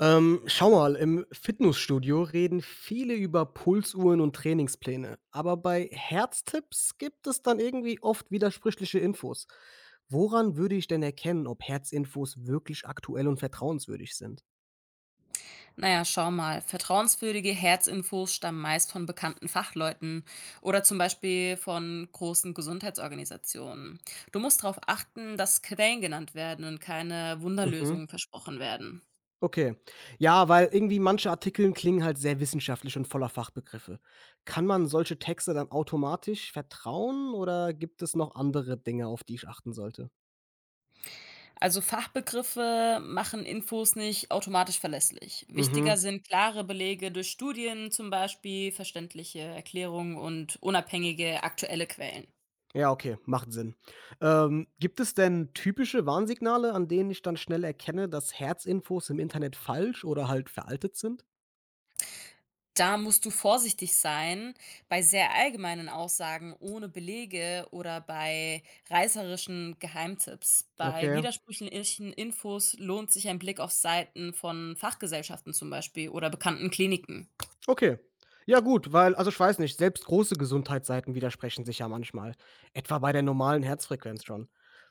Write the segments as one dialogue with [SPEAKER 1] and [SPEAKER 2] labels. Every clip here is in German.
[SPEAKER 1] Schau mal, im Fitnessstudio reden viele über Pulsuhren und Trainingspläne, aber bei Herztipps gibt es dann irgendwie oft widersprüchliche Infos. Woran würde ich denn erkennen, ob Herzinfos wirklich aktuell und vertrauenswürdig sind?
[SPEAKER 2] Naja, schau mal. Vertrauenswürdige Herzinfos stammen meist von bekannten Fachleuten oder zum Beispiel von großen Gesundheitsorganisationen. Du musst darauf achten, dass Quellen genannt werden und keine
[SPEAKER 1] Mhm.
[SPEAKER 2] Wunderlösungen versprochen werden.
[SPEAKER 1] Okay. Ja, weil irgendwie manche Artikel klingen halt sehr wissenschaftlich und voller Fachbegriffe. Kann man solche Texte dann automatisch vertrauen oder gibt es noch andere Dinge, auf die ich achten sollte?
[SPEAKER 2] Also Fachbegriffe machen Infos nicht automatisch verlässlich.
[SPEAKER 1] Mhm.
[SPEAKER 2] Wichtiger sind klare Belege durch Studien zum Beispiel, verständliche Erklärungen und unabhängige aktuelle Quellen.
[SPEAKER 1] Ja, okay, macht Sinn. Gibt es denn typische Warnsignale, an denen ich dann schnell erkenne, dass Herzinfos im Internet falsch oder halt veraltet sind?
[SPEAKER 2] Da musst du vorsichtig sein bei sehr allgemeinen Aussagen ohne Belege oder bei reißerischen Geheimtipps. Bei
[SPEAKER 1] Okay.
[SPEAKER 2] widersprüchlichen Infos lohnt sich ein Blick auf Seiten von Fachgesellschaften zum Beispiel oder bekannten Kliniken.
[SPEAKER 1] Okay. Ja gut, weil also ich weiß nicht, selbst große Gesundheitsseiten widersprechen sich ja manchmal, etwa bei der normalen Herzfrequenz schon.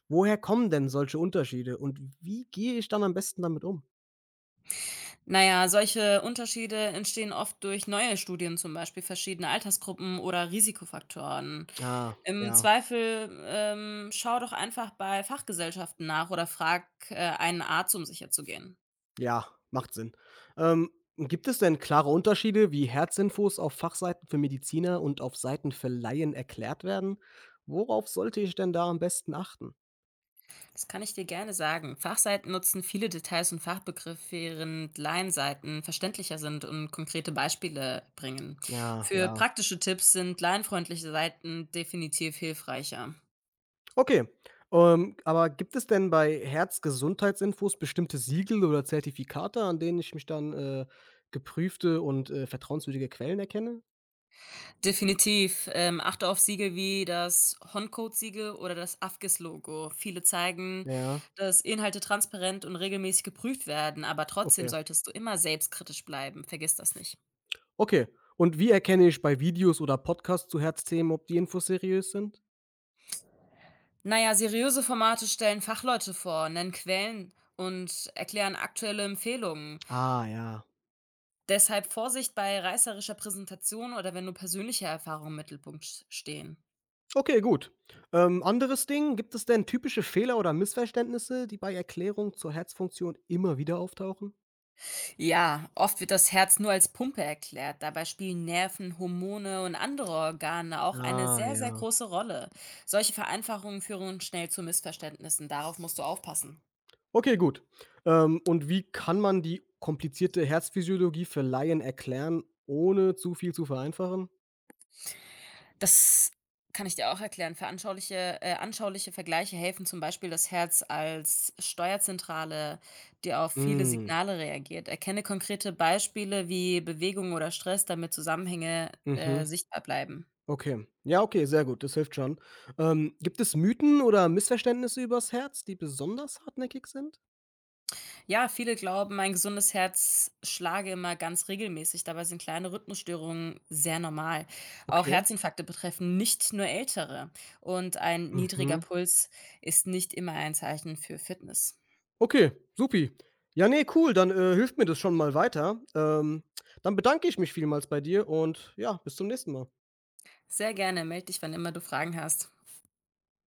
[SPEAKER 1] Woher kommen denn solche Unterschiede und wie gehe ich dann am besten damit um?
[SPEAKER 2] Naja, solche Unterschiede entstehen oft durch neue Studien, zum Beispiel verschiedene Altersgruppen oder Risikofaktoren.
[SPEAKER 1] Ah,
[SPEAKER 2] Im
[SPEAKER 1] ja,
[SPEAKER 2] Zweifel schau doch einfach bei Fachgesellschaften nach oder frag einen Arzt, um sicher zu gehen.
[SPEAKER 1] ja, macht Sinn. Ähm, gibt es denn klare Unterschiede, wie Herzinfos auf Fachseiten für Mediziner und auf Seiten für Laien erklärt werden? Worauf sollte ich denn da am besten achten?
[SPEAKER 2] Das kann ich dir gerne sagen. Fachseiten nutzen viele Details und Fachbegriffe, während Laienseiten verständlicher sind und konkrete Beispiele bringen.
[SPEAKER 1] Ja,
[SPEAKER 2] Für
[SPEAKER 1] ja.
[SPEAKER 2] praktische Tipps sind laienfreundliche Seiten definitiv hilfreicher.
[SPEAKER 1] Okay. Aber gibt es denn bei Herzgesundheitsinfos bestimmte Siegel oder Zertifikate, an denen ich mich dann, geprüfte und, vertrauenswürdige Quellen erkenne?
[SPEAKER 2] Definitiv. Achte auf Siegel wie das Honcode-Siegel oder das AFGIS-Logo. Viele zeigen,
[SPEAKER 1] Ja,
[SPEAKER 2] dass Inhalte transparent und regelmäßig geprüft werden, aber trotzdem
[SPEAKER 1] okay.
[SPEAKER 2] solltest du immer selbstkritisch bleiben. Vergiss das nicht.
[SPEAKER 1] Okay. Und wie erkenne ich bei Videos oder Podcasts zu Herzthemen, ob die Infos seriös sind?
[SPEAKER 2] Naja, seriöse Formate stellen Fachleute vor, nennen Quellen und erklären aktuelle Empfehlungen.
[SPEAKER 1] Ah, ja.
[SPEAKER 2] Deshalb Vorsicht bei reißerischer Präsentation oder wenn nur persönliche Erfahrungen im Mittelpunkt stehen.
[SPEAKER 1] Okay, gut. Anderes Ding, gibt es denn typische Fehler oder Missverständnisse, die bei Erklärungen zur Herzfunktion immer wieder auftauchen?
[SPEAKER 2] Ja, oft wird das Herz nur als Pumpe erklärt. Dabei spielen Nerven, Hormone und andere Organe auch eine
[SPEAKER 1] Ah,
[SPEAKER 2] sehr, sehr
[SPEAKER 1] ja.
[SPEAKER 2] große Rolle. Solche Vereinfachungen führen schnell zu Missverständnissen. Darauf musst du aufpassen.
[SPEAKER 1] Okay, gut. Und wie kann man die komplizierte Herzphysiologie für Laien erklären, ohne zu viel zu vereinfachen?
[SPEAKER 2] Das kann ich dir auch erklären. Veranschauliche Anschauliche Vergleiche helfen, zum Beispiel das Herz als Steuerzentrale, die auf viele
[SPEAKER 1] Hm,
[SPEAKER 2] Signale reagiert. Erkenne konkrete Beispiele wie Bewegung oder Stress, damit Zusammenhänge
[SPEAKER 1] mhm,
[SPEAKER 2] sichtbar bleiben.
[SPEAKER 1] okay. Ja, okay, sehr gut, das hilft schon. Gibt es Mythen oder Missverständnisse übers Herz, die besonders hartnäckig sind?
[SPEAKER 2] Ja, viele glauben, ein gesundes Herz schlage immer ganz regelmäßig. Dabei sind kleine Rhythmusstörungen sehr normal. Auch
[SPEAKER 1] Okay.
[SPEAKER 2] Herzinfarkte betreffen nicht nur Ältere. Und ein niedriger
[SPEAKER 1] Mhm.
[SPEAKER 2] Puls ist nicht immer ein Zeichen für Fitness.
[SPEAKER 1] Okay, supi. Ja, nee, cool, dann, hilft mir das schon mal weiter. Dann bedanke ich mich vielmals bei dir und ja, bis zum nächsten Mal.
[SPEAKER 2] Sehr gerne, melde dich, wann immer du Fragen hast.